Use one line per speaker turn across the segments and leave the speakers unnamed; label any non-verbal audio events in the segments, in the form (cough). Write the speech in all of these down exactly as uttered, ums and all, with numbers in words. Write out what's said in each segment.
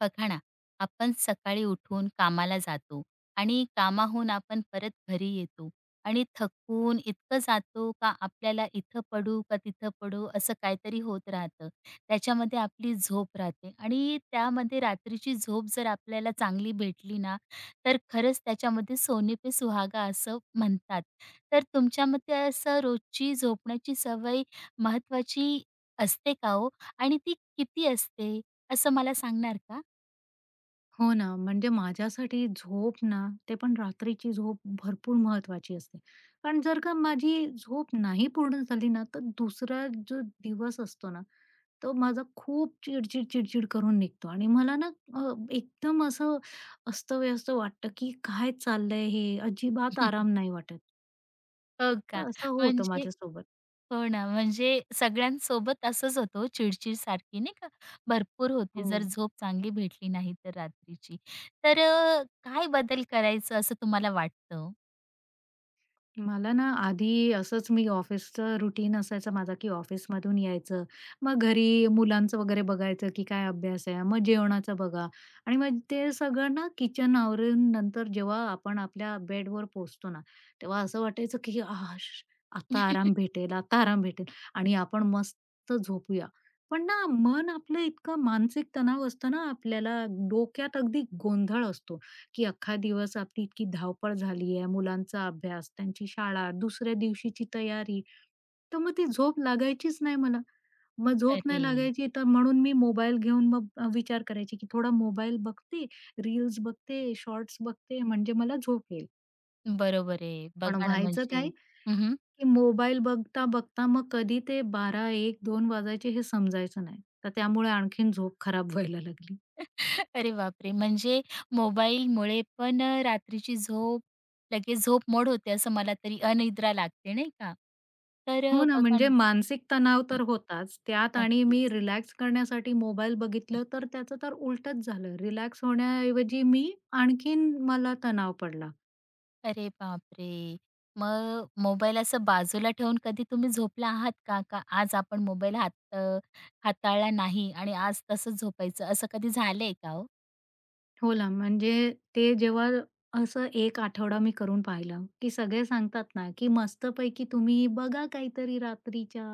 बघा ना. आपण सकाळी उठून कामाला जातो आणि कामाहून आपण परत घरी येतो आणि थकून इतकं जातो का आपल्याला इथं पडू का तिथं पडू असं काहीतरी होत राहतं. त्याच्यामध्ये आपली झोप राहते आणि त्यामध्ये रात्रीची झोप जर आपल्याला चांगली भेटली ना, तर खरंच त्याच्यामध्ये सोने पे सुहागा असं म्हणतात. तर तुमच्या मते असं रोजची झोपण्याची सवय महत्वाची असते का हो? आणि ती किती असते, असं मला सांगणार का?
हो ना, म्हणजे माझ्यासाठी झोप ना, ते पण रात्रीची झोप भरपूर महत्त्वाची असते. कारण जर का माझी झोप नाही पूर्ण झाली ना, तर दुसरा जो दिवस असतो ना, तो माझा खूप चिडचिड, चिडचिड करून निघतो आणि मला ना अ, एकदम असं अस्तव्यस्त वाटतं, की काय चाललंय हे? अजिबात आराम नाही वाटत.
हो का?
तर असं होतं
म्हणजे
माझ्यासोबत.
हो ना, म्हणजे सगळ्यांसोबत असंच होतं हो, चिडचिड सारखी नाही का, भरपूर होते
हो.
जर झोप चांगली भेटली नाही तर रात्रीची. तर अ, काय बदल करायचं असं तुम्हाला वाटतं?
मला ना आधी असंच मी ऑफिसचं रुटीन असायचं माझा, की ऑफिसमधून यायचं. मग घरी मुलांचं वगैरे बघायचं, की काय अभ्यास आहे. मग जेवणाचं बघा आणि मग ते सगळं ना किचन आवरून नंतर जेव्हा आपण आपल्या बेडवर पोहोचतो ना, तेव्हा असं वाटायचं, की "आश! आता आराम भेटेल, आता आराम भेटेल आणि आपण मस्त झोपूया." पण ना मन आपलं इतकं मानसिक तणाव असतं ना आपल्याला, डोक्यात अगदी गोंधळ असतो. की अख्खा दिवस आपली इतकी धावपळ झाली आहे, मुलांचा अभ्यास, त्यांची शाळा, दुसऱ्या दिवशीची तयारी. तर मग ती झोप लागायचीच नाही मला. मग झोप
अरे!
नाही लागायची तर म्हणून मी मोबाईल घेऊन मग अ, विचार करायची की थोडा मोबाईल बघते, रील्स बघते, शॉर्ट्स बघते म्हणजे मला झोप येईल.
बरोबर आहे.
पण
बघा ना
व्हायचं
म्हणजे
काय
हं, (laughs)
की मोबाईल बघता-बघता मग कधी ते बारा, एक, दोन वाजायचे हे समजायचं नाही. तर त्यामुळे आणखीन झोप खराब (laughs) व्हायला लागली.
अरे बापरे! म्हणजे मोबाईलमुळे पण अ, रात्रीची झोप लगेच झोप मोड होते असं मला तरी अनिद्रा लागते नाही का? तर अ,
हो ना,
बघा
म्हणजे
ना.
मानसिक तणाव तर होताच. त्यात आणि मी
नक्कीच.
रिलॅक्स करण्यासाठी मोबाईल बघितलं, तर त्याचं तर उलटंच झालं. रिलॅक्स होण्याऐवजी मी आणखीन मला तणाव पडला.
अरे बापरे! मग मोबाईल असं बाजूला ठेवून कधी तुम्ही झोपला आहात का? का आज आपण मोबाईल हात अ, हाताळला नाही आणि आज तसंच झोपायचं असं कधी झालंय का हो?
हो ना, म्हणजे ते जेव्हा असं एक आठवडा मी करून पाहिलं, की सगळे सांगतात ना, की मस्तपैकी तुम्ही बघा काहीतरी रात्रीच्या,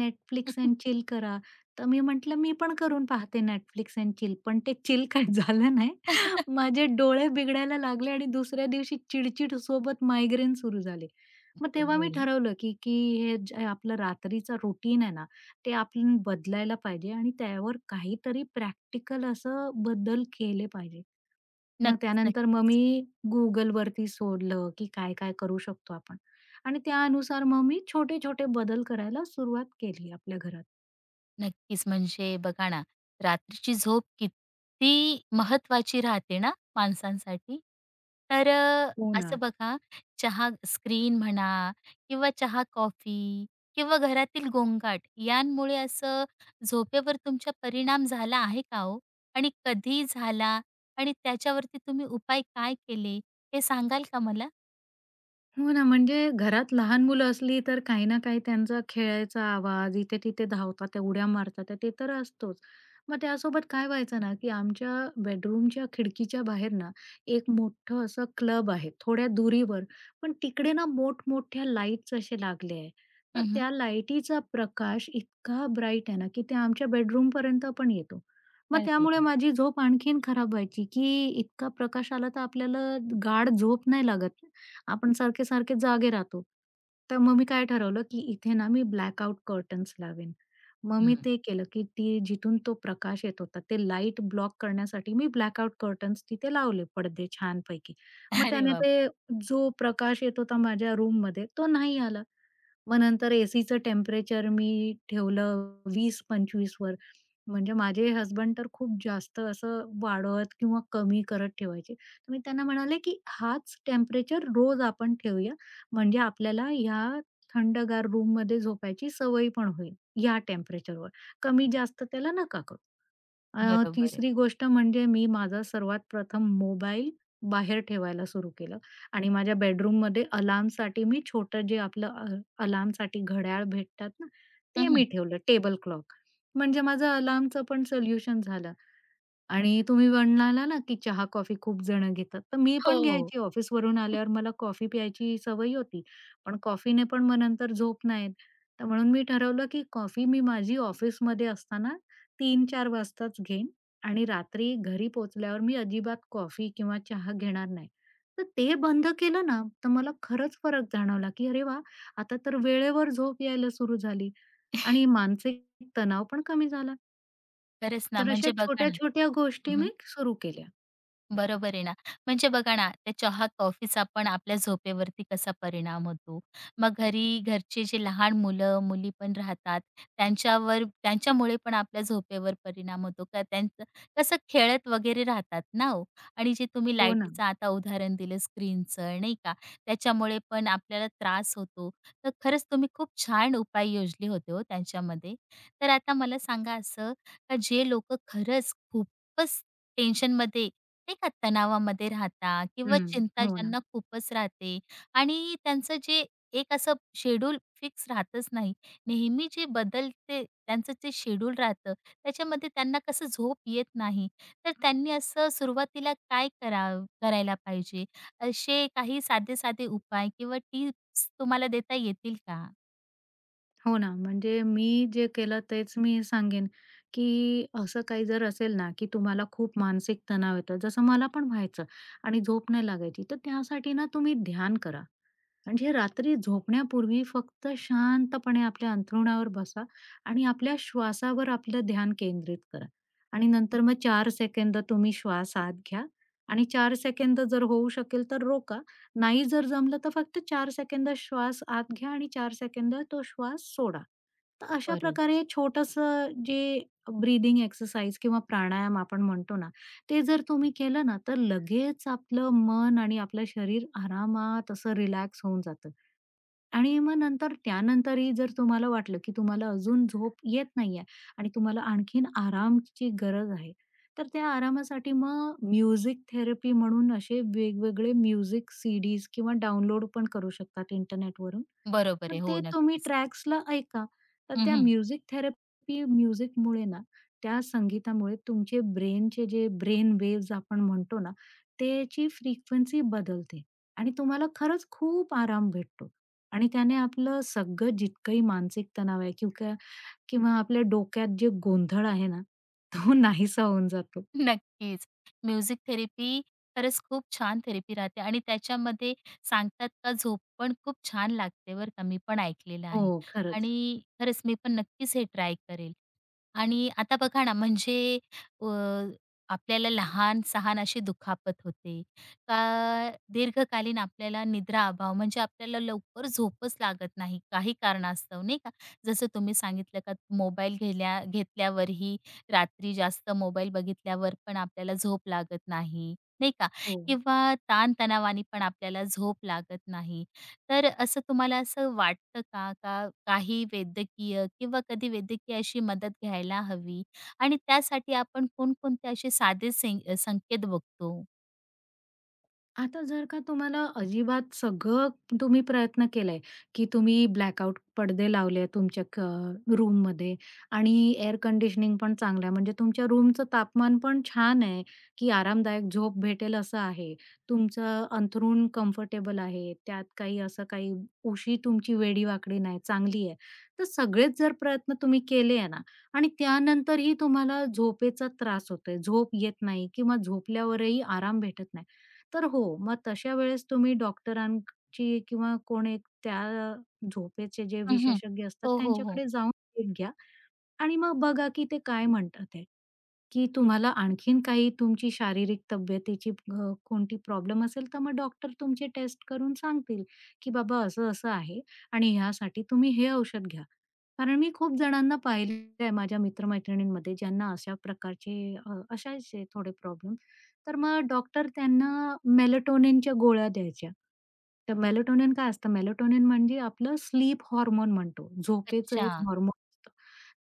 Netflix एंड चिल करा. तर मी म्हटलं, "मी पण करून पाहते Netflix एंड चिल." पण ते चिल काय (laughs) झालं नाही.
(laughs)
माझे डोळे बिघडायला लागले आणि दुसऱ्या दिवशी चिडचिड सोबत मायग्रेन सुरू झाले. मग तेव्हा मी
बरोबर आहे.
ठरवलं, की की हे जे आपलं रात्रीचं रुटीन आहे ना, ते आपण बदलायला पाहिजे आणि त्यावर काहीतरी प्रॅक्टिकल असं बदल केले पाहिजे. मग
नक्कीच,
त्यानंतर मग मी
नक्कीच.
Googleवरती शोधलं, की काय-काय करू शकतो आपण आणि त्यानुसार मग मी छोटे-छोटे बदल करायला सुरुवात केली आपल्या घरात.
नक्कीच. म्हणजे बघा ना, रात्रीची झोप किती महत्वाची राहते ना माणसांसाठी. तर अ,
हो ना.
असं बघा, चहा स्क्रीन म्हणा किंवा चहा, कॉफी किंवा घरातील गोंगाट यांमुळे असं झोपेवर तुमचा परिणाम झाला आहे का हो? आणि कधी झाला आणि त्याच्यावरती तुम्ही उपाय काय केले, हे सांगाल का मला?
हो ना, म्हणजे घरात लहान मुलं असली तर काही ना काही त्यांचा खेळायचा आवाज, इथे-तिथे धावतात, उड्या मारतात, ते तर असतोच. मग त्यासोबत काय व्हायचं ना, की आमच्या बेडरूमच्या खिडकीच्या बाहेर ना, एक मोठं असं क्लब आहे थोड्या दुरीवर. पण तिकडे ना मोठमोठ्या लाईट्स असे लागले आहे. तर
हं,
त्या लाईटीचा प्रकाश इतका ब्राईट आहे ना, की ते आमच्या बेडरूमपर्यंत पण येतो. मग
अरे!
त्यामुळे माझी झोप आणखीन खराब व्हायची, की इतका प्रकाश आला तर आपल्याला गाढ झोप नाही लागत. आपण सारखे-सारखे जागे राहतो. तर मग मी काय ठरवलं, की इथे ना मी ब्लॅकआउट कर्टन्स लावेन. मग मी
हं.
ते केलं, की ती जिथून तो प्रकाश येत होता, ते लाईट ब्लॉक करण्यासाठी मी ब्लॅकआउट कर्टन्स तिथे लावले पडदे छानपैकी. मग
(laughs) अरे
त्याने
वाह!
ते जो प्रकाश येत होता माझ्या रूममध्ये तो नाही आला. मग नंतर एसीचं टेम्परेचर मी ठेवलं वीस ते पंचवीस वर. म्हणजे माझे हसबंड तर खूप जास्त असं वाढवत किंवा कमी करत ठेवायचे. तर मी त्यांना म्हणाले, की हाच टेम्परेचर रोज आपण ठेवूया. म्हणजे आपल्याला ह्या थंडगार रूम रूममध्ये झोपायची सवय पण होईल, ह्या टेम्परेचरवर. कमी जास्त त्याला नका करू. अ,
बरोबर आहे.
तिसरी गोष्ट म्हणजे मी माझा सर्वात प्रथम मोबाईल बाहेर ठेवायला सुरू केलं आणि माझ्या बेडरूममध्ये अलार्मसाठी मी छोटं जे आपलं अ, अलार्मसाठी घड्याळ भेटतात ना, ते
हं,
मी ठेवलं टेबल क्लॉक. म्हणजे माझं अलार्मचं पण सोल्युशन झालं आणि तुम्ही म्हणाला ना, की चहा-कॉफी खूप जण घेतात. तर मी पण
हो.
घ्यायची ऑफिसवरून आल्यावर मला कॉफी प्यायची सवय होती. पण कॉफीने पण मग नंतर झोप नाही येत. तर म्हणून मी ठरवलं, की कॉफी मी माझी ऑफिसमध्ये असताना तीन ते चार वाजताच घेईन आणि रात्री घरी पोहोचल्यावर मी अजिबात कॉफी किंवा चहा घेणार नाही. तर ते बंद केलं ना, तर मला खरंच फरक जाणवला, की अरे वाह! आता तर वेळेवर झोप यायला सुरू झाली आणि मानसिक तणाव पण कमी झाला.
खरंच ना,
तर अशा
म्हणजे बघा ना
छोट्या-छोट्या गोष्टी
हं,
मी सुरू केल्या.
बरोबर आहे ना. म्हणजे बघा ना, त्या चहा-कॉफीचा पण आपल्या झोपेवरती कसा परिणाम होतो. मग घरी घरचे जे लहान मुलं-मुली पण राहतात, त्यांच्यावर त्यांच्यामुळे पण आपल्या झोपेवर परिणाम होतो का? त्यांचं कसं खेळत वगैरे राहतात ना हो. आणि जे तुम्ही
हो ना.
लाईटीचं आता उदाहरण दिलं स्क्रीनचं नाही का, त्याच्यामुळे पण आपल्याला त्रास होतो. तर खरंच तुम्ही खूप छान उपाय योजले होते हो त्यांच्यामध्ये. तर आता मला सांगा असं, का जे लोकं खरंच खूपच टेन्शनमध्ये नाही का तणावामध्ये राहता किंवा
हं.
चिंता
हो ना.
ज्यांना खूपच राहते आणि त्यांचं जे एक असं शेड्यूल फिक्स राहतच नाही. नेहमी जे बदलते त्यांचं जे शेड्यूल राहतं त्याच्यामध्ये त्यांना कसं झोप येत नाही. तर त्यांनी असं सुरुवातीला काय कराव करायला पाहिजे? असे काही साधे-साधे उपाय किंवा टिप्स तुम्हाला देता येतील का?
हो ना. म्हणजे मी जे केलं तेच मी सांगेन, की असं काही जर असेल ना, की तुम्हाला खूप मानसिक तणाव येतो, जसं मला पण व्हायचं आणि झोप नाही लागायची, तर त्यासाठी ना तुम्ही ध्यान करा. म्हणजे रात्री झोपण्यापूर्वी फक्त शांतपणे आपल्या अंथरुणावर बसा आणि आपल्या श्वासावर आपलं ध्यान केंद्रित करा आणि नंतर मग चार सेकंद तुम्ही श्वास आत घ्या आणि चार सेकंद जर होऊ शकेल तर रोका. नाही जर जमलं तर फक्त चार सेकंद श्वास आत घ्या आणि चार सेकंद तो श्वास सोडा. तर अशा
बरोबर.
प्रकारे छोटंसं जे ब्रीदिंग एक्सरसाइज किंवा प्राणायाम आपण म्हणतो ना, ते जर तुम्ही केलं ना, तर लगेच आपलं मन आणि आपलं शरीर आरामात असं रिलॅक्स होऊन जातं. आणि मग नंतर त्यानंतरही जर तुम्हाला वाटलं, की तुम्हाला अजून झोप येत नाहीये आणि तुम्हाला आणखीन आरामची गरज आहे, तर त्या आरामासाठी मग म्युझिक थेरपी म्हणून असे वेगवेगळे म्युझिक सीडीज किंवा डाउनलोड पण करू शकतात इंटरनेटवरून.
बरोबर आहे.
तर
हो,
ते तुम्ही
नक्कीच.
ट्रॅक्सला ऐका. तर त्या म्युझिक थेरपी म्युझिकमुळे ना, त्या संगीतामुळे तुमचे ब्रेनचे जे ब्रेन वेव्हज आपण म्हणतो ना, त्याची फ्रिक्वेन्सी बदलते आणि तुम्हाला खरंच खूप आराम भेटतो. आणि त्याने आपलं सगळं जितकंही मानसिक तणाव आहे किंवा किंवा आपल्या डोक्यात जे गोंधळ आहे ना, तो (laughs) नाहीसा होऊन जातो.
नक्कीच. म्युझिक थेरपी खरंच खूप छान थेरपी राहते आणि त्याच्यामध्ये सांगतात का झोप पण खूप छान लागते बरं का. मी पण ऐकलेलं
हो,
आहे
खरंच.
आणि खरंच मी पण नक्कीच हे ट्राय करेल. आणि आता बघा ना म्हणजे अ, आपल्याला लहान-सहान अशी दुखापत होते का दीर्घकालीन आपल्याला निद्रा अभाव म्हणजे आपल्याला लवकर झोपच लागत नाही काही कारणास्तव नाही का. जसं तुम्ही सांगितलं का मोबाईल घेल्या घेतल्यावरही रात्री जास्त मोबाईल बघितल्यावर पण आपल्याला झोप लागत नाही, नाही का?
हो.
किंवा ताणतणावाने पण आपल्याला झोप लागत नाही. तर असं तुम्हाला असं वाटतं का, का काही वैद्यकीय किंवा कधी वैद्यकीय अशी मदत घ्यायला हवी आणि त्यासाठी आपण कोणकोणते असे साधे सें संकेत बघतो?
आता जर का तुम्हाला अजिबात सगळं तुम्ही प्रयत्न केलाय, की तुम्ही ब्लॅकआउट पडदे लावले तुमच्या क रूममध्ये आणि एअर कंडिशनिंग पण चांगलं आहे, म्हणजे तुमच्या रूमचं तापमान पण छान आहे, की आरामदायक झोप भेटेल असं आहे. तुमचं अंथरूण कम्फर्टेबल आहे, त्यात काही असं काही उशी तुमची वेडी-वाकडी नाही, चांगली आहे. तर सगळेच जर प्रयत्न तुम्ही केले आहे ना आणि त्यानंतरही तुम्हाला झोपेचा त्रास होतोय, झोप येत नाही किंवा झोपल्यावरही आराम भेटत नाही. तर हो, मग तशा वेळेस तुम्ही डॉक्टरांची किंवा कोण एक त्या झोपेचे जे
हं,
विशेषज्ञ असतात
हो, हो, हो.
त्यांच्याकडे जाऊन भेट घ्या. आणि मग बघा की ते काय म्हणतात ते, की तुम्हाला आणखीन काही तुमची शारीरिक तब्येतीची अ, कोणती प्रॉब्लेम असेल, तर मग डॉक्टर तुमची टेस्ट करून सांगतील, की बाबा असं-असं आहे आणि ह्यासाठी तुम्ही हे औषध घ्या. कारण मी खूप जणांना पाहिलेलं आहे माझ्या मित्र ज्यांना अशा प्रकारचे अ, असायचे थोडे प्रॉब्लेम. तर मग डॉक्टर त्यांना मेलाटोनिनच्या गोळ्या द्यायच्या. तर मेलाटोनिन काय असतं? मेलाटोनिन म्हणजे आपलं स्लीप हॉर्मोन म्हणतो. झोपेचं
अच्छा.
एक हॉर्मोन.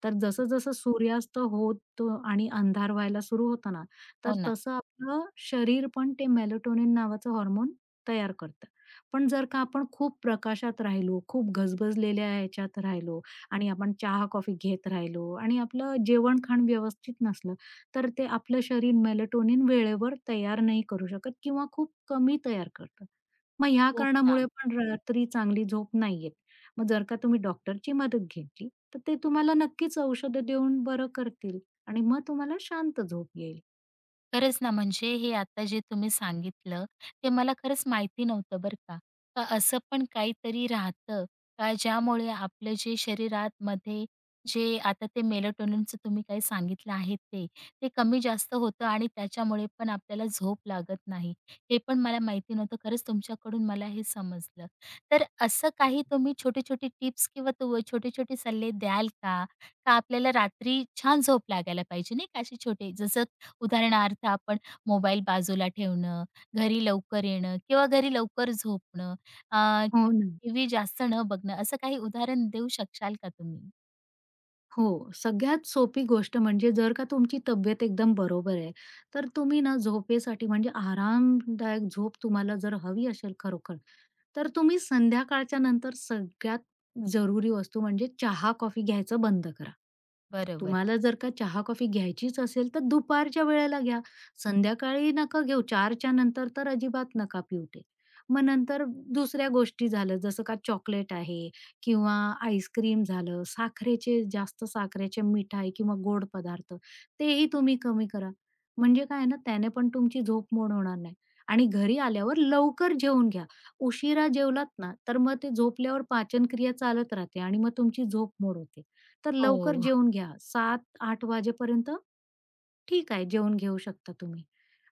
तर जसं-जसं सूर्यास्त होतो आणि अंधार व्हायला सुरू होतो ना, तर
हो ना.
तसं आपलं शरीर पण ते मेलाटोनिन नावाचं हार्मोन तयार करतं. पण जर का आपण खूप प्रकाशात राहिलो, खूप गजबजलेल्या ह्याच्यात राहिलो आणि आपण चहा-कॉफी घेत राहिलो आणि आपलं जेवण-खाण व्यवस्थित नसलं, तर ते आपलं शरीर मेलाटोनिन वेळेवर तयार नाही करू शकत किंवा खूप कमी तयार करतं. मग ह्या
हो का?
कारणामुळे पण रात्री चांगली झोप नाही येत. मग जर का तुम्ही डॉक्टरची मदत घेतली, तर ते तुम्हाला नक्कीच औषधं देऊन बरं करतील आणि मग तुम्हाला शांत झोप येईल.
खरंच ना, म्हणजे हे आता जे तुम्ही सांगितलं, ते मला खरंच माहिती नव्हतं बरं का. का असं पण काहीतरी राहतं का ज्यामुळे आपलं जे शरीरामध्ये जे आता ते मेलाटोनिनचं तुम्ही काही सांगितलं आहे ते, ते कमी जास्त होतं आणि त्याच्यामुळे पण आपल्याला झोप लागत नाही. हे पण मला माहिती नव्हतं. खरंच तुमच्याकडून मला हे समजलं. तर असं काही तुम्ही छोटे-छोटे टिप्स किंवा तू छोटे-छोटे सल्ले द्याल का? का आपल्याला रात्री छान झोप लागायला पाहिजे नाही का, असे छोटे जसं उदाहरणार्थ आपण मोबाईल बाजूला ठेवणं, घरी लवकर येणं किंवा घरी लवकर झोपणं अ,
हो ना.
टीव्ही जास्त न बघणं, असं काही उदाहरण देऊ शकाल का तुम्ही?
हो, सगळ्यात सोपी गोष्ट म्हणजे जर का तुमची तब्येत एकदम बरोबर आहे, तर तुम्ही ना झोपेसाठी म्हणजे आरामदायक झोप तुम्हाला जर हवी असेल खरोखर, तर तुम्ही संध्याकाळच्या नंतर सगळ्यात जरुरी वस्तू म्हणजे चहा, कॉफी घ्यायचं बंद करा.
बरोबर.
तुम्हाला जर का चहा, कॉफी घ्यायचीच असेल, तर दुपारच्या वेळेला घ्या. संध्याकाळी नका घेऊ. चारच्या नंतर तर अजिबात नका पिऊ ते. मग नंतर दुसऱ्या गोष्टी झाल्या, जसं का चॉकलेट आहे किंवा आईस्क्रीम झालं, साखरेचे जास्त साखरेचे मिठाई किंवा गोड पदार्थ, तेही तुम्ही कमी करा. म्हणजे काय आहे ना, त्याने पण तुमची झोप मोड होणार नाही आणि घरी आल्यावर लवकर जेवून घ्या. उशिरा जेवलात ना, तर मग ते झोपल्यावर पाचनक्रिया चालत राहते आणि मग तुमची झोप मोड होते. तर लवकर
हो,
जेवून घ्या. सात-आठ वाजेपर्यंत ठीक आहे, जेवून घेऊ शकता तुम्ही.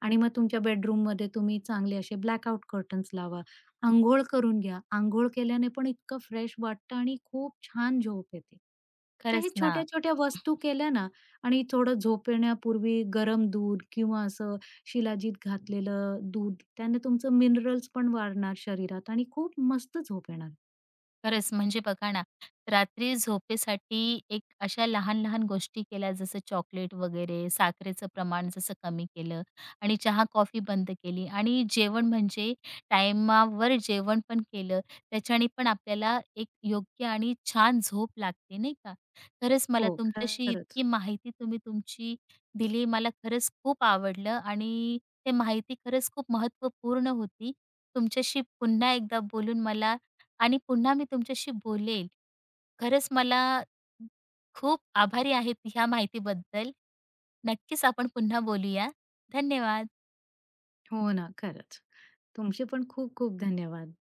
आणि मग तुमच्या बेडरूममध्ये तुम्ही चांगले असे ब्लॅकआउट कर्टन्स लावा. अंघोळ करून घ्या. अंघोळ केल्याने पण इतकं फ्रेश वाटतं आणि खूप छान झोप येते. तर
खरंच
हे
ना.
छोट्या-छोट्या वस्तू केल्या ना आणि थोडं झोपण्यापूर्वी गरम दूध किंवा असं शिलाजीत घातलेलं दूध, त्याने तुमचं मिनरल्स पण वाढणार शरीरात आणि खूप मस्त झोप येणार.
खरंच म्हणजे बघा ना, रात्री झोपेसाठी एक अशा लहान-लहान गोष्टी केल्या जसं चॉकलेट वगैरे, साखरेचं प्रमाण जसं कमी केलं आणि चहा-कॉफी बंद केली आणि जेवण म्हणजे टाईमावर जेवण पण केलं. त्याच्याने पण आपल्याला एक योग्य आणि छान झोप लागते नाही का? खरंच मला
हो,
तुमच्याशी
खरंच.
इतकी माहिती तुम्ही तुमची दिली मला खरंच खूप आवडलं आणि ते माहिती खरंच खूप महत्त्वपूर्ण होती. तुमच्याशी पुन्हा एकदा बोलून मला आणि पुन्हा मी तुमच्याशी बोलेल. खरंच मला खूप आभारी आहेत ह्या माहितीबद्दल. नक्कीच आपण पुन्हा बोलूया. धन्यवाद.
हो ना, खरंच. तुमचे पण खूप खूप धन्यवाद.